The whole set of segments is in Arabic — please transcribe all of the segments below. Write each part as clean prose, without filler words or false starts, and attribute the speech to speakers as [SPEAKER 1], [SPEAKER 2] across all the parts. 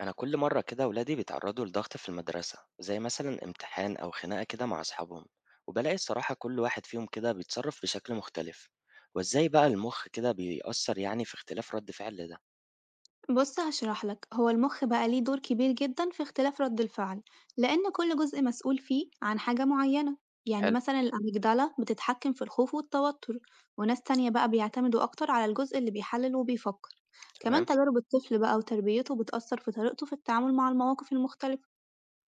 [SPEAKER 1] أنا كل مرة كده ولادي بيتعرضوا لضغط في المدرسة زي مثلا امتحان أو خناقة كده مع أصحابهم، وبلاقي الصراحة كل واحد فيهم كده بيتصرف بشكل مختلف. وإزاي بقى المخ كده بيأثر يعني في اختلاف رد فعل ده؟
[SPEAKER 2] بص هشرح لك هو المخ بقى ليه دور كبير جدا في اختلاف رد الفعل، لأن كل جزء مسؤول فيه عن حاجة معينة. يعني
[SPEAKER 1] حلو.
[SPEAKER 2] مثلا الأميجدالة بتتحكم في الخوف والتوتر، وناس تانية بقى بيعتمدوا أكتر على الجزء اللي بيحلل وبيفكر. كمان
[SPEAKER 1] تمام.
[SPEAKER 2] تجارب الطفل بقى وتربيته بتأثر في طريقته في التعامل مع المواقف المختلفة.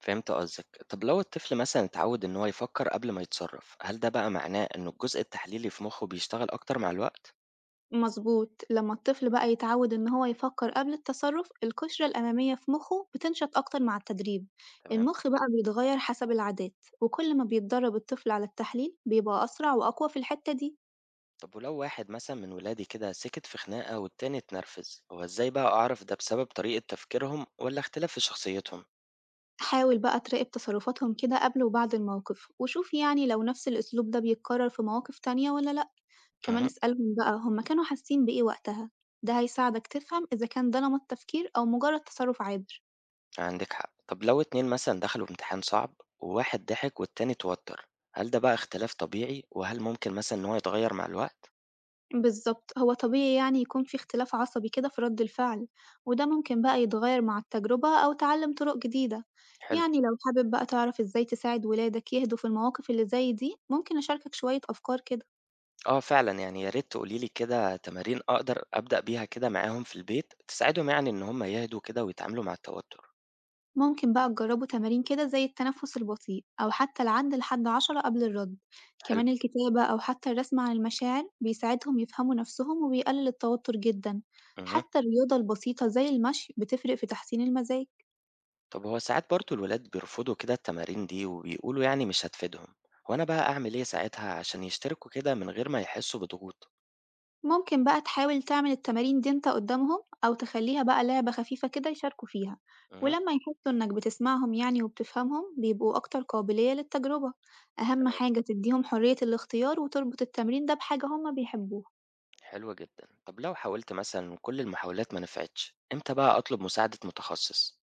[SPEAKER 1] فهمت قصدك. طب لو الطفل مثلا اتعود إن هو يفكر قبل ما يتصرف، هل ده بقى معناه إن الجزء التحليلي في مخه بيشتغل أكتر مع الوقت؟
[SPEAKER 2] مظبوط، لمّا الطفل بقى يتعود إن هو يفكر قبل التصرُّف، القشرة الأمامية في مُخّه بتنشط أكتر مع التدريب،
[SPEAKER 1] تمام.
[SPEAKER 2] المُخ بقى بيتغيّر حسب العادات، وكل ما بيتدرّب الطفل على التحليل بيبقى أسرع وأقوى في الحتّة دي.
[SPEAKER 1] طب ولو واحد مثلا من ولادي كده سكت في خناقة والتاني اتنرفز، هو إزاي بقى أعرف ده بسبب طريقة تفكيرهم ولا اختلاف في شخصيتهم؟
[SPEAKER 2] حاول بقى تراقب تصرُّفاتهم كده قبل وبعد الموقف، وشوف يعني لو نفس الأسلوب ده بيتكرر في مواقف تانية والّا لأ، كمان
[SPEAKER 1] مهم.
[SPEAKER 2] اسألهم بقى هُم كانوا حاسين بإيه وقتها، ده هيساعدك تفهم إذا كان ده نمط تفكير أو مجرد تصرُّف عابر.
[SPEAKER 1] عندِك حق. طب لو 2 مثلًا دخلوا امتحان صعب وواحد ضحك والتاني اتوتر، هل ده بقى اختلاف طبيعي، وهل ممكن مثلًا إن هو يتغيّر مع الوقت؟
[SPEAKER 2] بالضبط، هو طبيعي يعني يكون في اختلاف عصبي كده في رَد الفعل، وده ممكن بقى يتغيّر مع التجربة أو تعلُّم طرق جديدة.
[SPEAKER 1] حلو.
[SPEAKER 2] يعني لو حابب بقى تعرف إزاي تساعد ولادك يهدوا في المواقف اللي زي دي، ممكن أشاركك شوية أفكار كده.
[SPEAKER 1] آه فعلًا، يعني يا ريت تقولي لي كده تمارين أقدر أبدأ بيها كده معاهم في البيت، تساعدهم يعني إن هم يهدوا كده ويتعاملوا مع التوتر.
[SPEAKER 2] ممكن بقى تجرّبوا تمارين كده زي التنفُّس البطيء أو حتى العد لحد 10 قبل الرَد،
[SPEAKER 1] حلو.
[SPEAKER 2] كمان الكتابة أو حتى الرسم عن المشاعر بيساعدهم يفهموا نَفْسهم وبيقلل التوتُّر جدًا،
[SPEAKER 1] اهم.
[SPEAKER 2] حتى الرياضة البسيطة زي المشي بتفرق في تحسين المزاج.
[SPEAKER 1] طب هو ساعات برضه الولاد بيرفضوا كده التمارين دي وبيقولوا يعني مش هتفيدهم، هو أنا بقى أعمل إيه ساعتها عشان يشتركوا كده من غير ما يحسوا بضغوط؟
[SPEAKER 2] ممكن بقى تحاول تعمل التمارين دي انت قدامهم، أو تخليها بقى لعبة خفيفة كده يشاركوا فيها.
[SPEAKER 1] اهم.
[SPEAKER 2] ولما يحسوا إنك بتسمعهم يعني وبتفهمهم بيبقوا أكتر قابلية للتجربة. أهم حاجة تديهم حرية الاختيار وتربط التمرين ده بحاجة هما بيحبوها.
[SPEAKER 1] حلو جدا. طب لو حاولت مثلا كل المحاولات ما نفعتش، امتى بقى اطلب مساعدة متخصص؟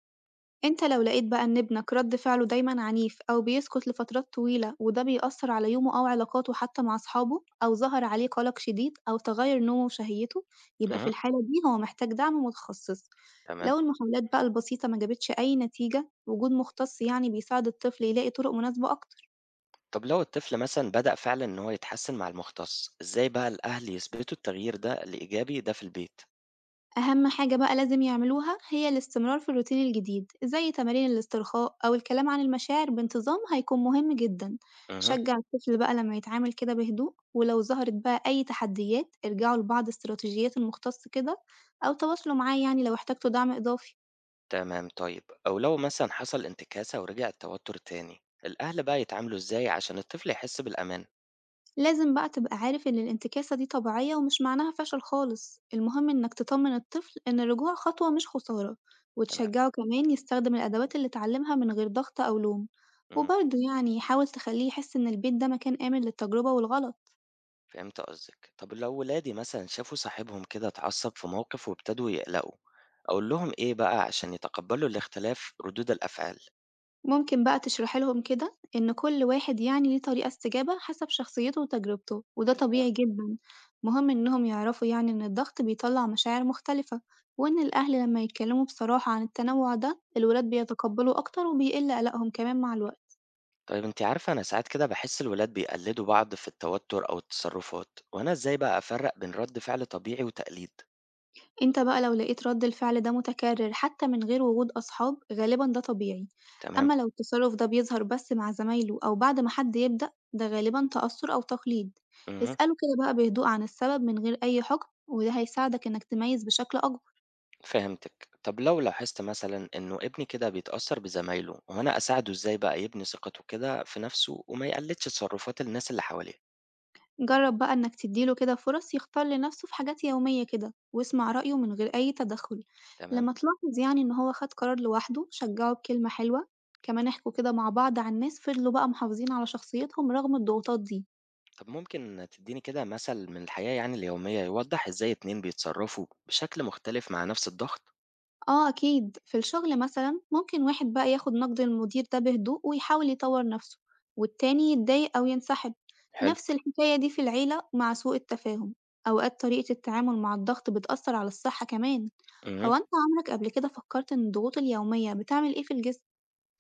[SPEAKER 2] أنت لو لقيت بقى إن ابنك رد فعله دايمًا عنيف أو بيسكت لفترات طويلة وده بيأثر على يومه أو علاقاته حتى مع أصحابه أو ظهر عليه قلق شديد أو تغير نومه وشهيته، يبقى في
[SPEAKER 1] امم.
[SPEAKER 2] الحالة دي هو محتاج دعم متخصص.
[SPEAKER 1] تمام.
[SPEAKER 2] لو المحاولات بقى البسيطة ما جابتش أي نتيجة، وجود مختص يعني بيساعد الطفل يلاقي طرق مناسبة أكتر.
[SPEAKER 1] طب لو الطفل مثلا بدأ فعلا ان هو يتحسن مع المختص، ازاي بقى الاهل يثبتوا التغيير ده الايجابي ده في البيت؟
[SPEAKER 2] أهم حاجة بقى لازم يعملوها هي الاستمرار في الروتين الجديد، زي تمارين الاسترخاء أو الكلام عن المشاعر بانتظام هيكون مهم جدا.
[SPEAKER 1] امم.
[SPEAKER 2] شجع الطفل بقى لما يتعامل كده بهدوء، ولو ظهرت بقى أي تحديات ارجعوا لبعض استراتيجيات المختص كده، أو تواصلوا معاه يعني لو احتجتوا دعم إضافي.
[SPEAKER 1] تمام. طيب او لو مثلا حصل انتكاسة ورجع التوتر تاني، الاهل بقى يتعاملوا ازاي عشان الطفل يحس بالامان؟
[SPEAKER 2] لازم بقى تبقى عارف إن الانتكاسة دي طبيعية ومش معناها فشل خالص، المهم إنك تطمن الطفل إن الرجوع خطوة مش خسارة،
[SPEAKER 1] تمام.
[SPEAKER 2] وتشجعه كمان يستخدم الأدوات اللي اتعلمها من غير ضغط أو لوم.
[SPEAKER 1] مم.
[SPEAKER 2] وبرضه يعني حاول تخليه يحس إن البيت ده مكان آمن للتجربة والغلط.
[SPEAKER 1] فهمت قصدك. طب لو ولادي مثلا شافوا صاحبهم كده اتعصب في موقف وابتدوا يقلقوا، اقول لهم ايه بقى عشان يتقبلوا الاختلاف ردود الافعال؟
[SPEAKER 2] ممكن بقى تشرحي لهم كده إن كل واحد يعني ليه طريقة استجابة حسب شخصيته وتجربته وده طبيعي جدا. مهم إنهم يعرفوا يعني إن الضغط بيطلع مشاعر مختلفة، وإن الأهل لما يتكلموا بصراحة عن التنوع ده الولاد بيتقبلوا أكتر وبيقل قلقهم كمان مع الوقت.
[SPEAKER 1] طيب انت عارفة، انا ساعات كده بحس الولاد بيقلدوا بعض في التوتر او التصرفات، وانا ازاي بقى افرق بين رد فعل طبيعي وتقليد؟
[SPEAKER 2] أنت بقى لو لقيت رد الفعل ده متكرر حتى من غير وجود أصحاب غالبًا ده طبيعي،
[SPEAKER 1] تمام.
[SPEAKER 2] أما لو التصرف ده بيظهر بس مع زمايله أو بعد ما حد يبدأ ده غالبًا تأثر أو تقليد،
[SPEAKER 1] امم.
[SPEAKER 2] اسأله كده بقى بهدوء عن السبب من غير أي حكم وده هيساعدك إنك تميز بشكل أكبر.
[SPEAKER 1] فهمتك. طب لو لاحظت مثلا انه ابني كده بيتأثر بزمايله، وانا اساعده ازاي بقى يبني ثقته كده في نفسه وما يقلدش تصرفات الناس اللي حواليه؟
[SPEAKER 2] جرب بقى إنك تديله كده فرص يختار لنفسه في حاجات يومية كده واسمع رأيه من غير أي تدخل.
[SPEAKER 1] تمام.
[SPEAKER 2] لما تلاحظ يعني إن هو خد قرار لوحده شجعه بكلمة حلوة، كمان احكوا كده مع بعض عن ناس فضلوا بقى محافظين على شخصيتهم رغم الضغوطات دي.
[SPEAKER 1] طب ممكن تديني كده مثل من الحياة يعني اليومية يوضح إزاي اتنين بيتصرفوا بشكل مختلف مع نفس الضغط؟
[SPEAKER 2] آه أكيد، في الشغل مثلا ممكن واحد بقى ياخد نقد المدير ده بهدوء ويحاول يطور نفسه، والتاني يتضايق أو ينسحب.
[SPEAKER 1] حلو.
[SPEAKER 2] نفس الحكاية دي في العيلة مع سوء التفاهم. أوقات طريقة التعامل مع الضغط بتأثر على الصحة كمان.
[SPEAKER 1] اهم.
[SPEAKER 2] هو أنت عمرك قبل كده فكرت إن الضغوط اليومية بتعمل إيه في الجسم؟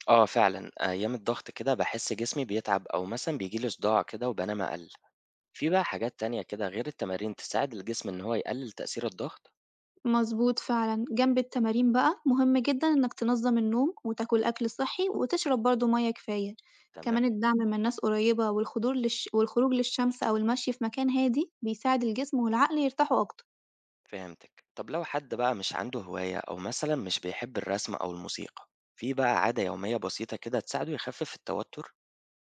[SPEAKER 1] آه فعلًا، أيام الضغط كده باحس جسمي بيتعب أو مثلًا بيجي لي صداع كده وبنام أقل. في بقى حاجات تانية كده غير التمارين تساعد الجسم إن هو يقلل تأثير الضغط؟
[SPEAKER 2] مضبوط فعلًا، جنب التمارين بقى مهم جدًا إنك تنظّم النوم وتاكل أكل صحّي وتشرب برضه مَيّة كفاية،
[SPEAKER 1] تمام.
[SPEAKER 2] كمان الدعم من ناس قريّبة والخضور للش والخروج للشمس أو المشي في مكان هادي بيساعد الجسم والعقل يرتاحوا أكتر.
[SPEAKER 1] فهمتك. طب لو حد بقى مش عنده هواية أو مثلًا مش بيحب الرسم أو الموسيقى، في بقى عادة يومية بسيطة كده تساعده يخفف التوتر؟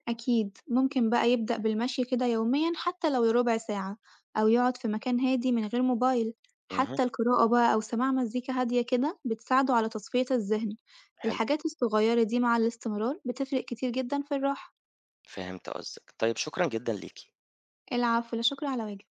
[SPEAKER 2] أكيد، ممكن بقى يبدأ بالمشي كده يوميًا حتى لو لربع ساعة، أو يقعد في مكان هادي من غير موبايل،
[SPEAKER 1] اهم.
[SPEAKER 2] حتى القراءة بقى أو سماع مزيكا هادية كده بتساعده على تصفية الذهن.
[SPEAKER 1] حلو.
[SPEAKER 2] الحاجات الصغيرة دي مع الاستمرار بتفرق كتير جدًا في الراحة.
[SPEAKER 1] فهمت قصدك. طيب شكرًا جدًا ليكِ.
[SPEAKER 2] العفو، لا شكر على واجب.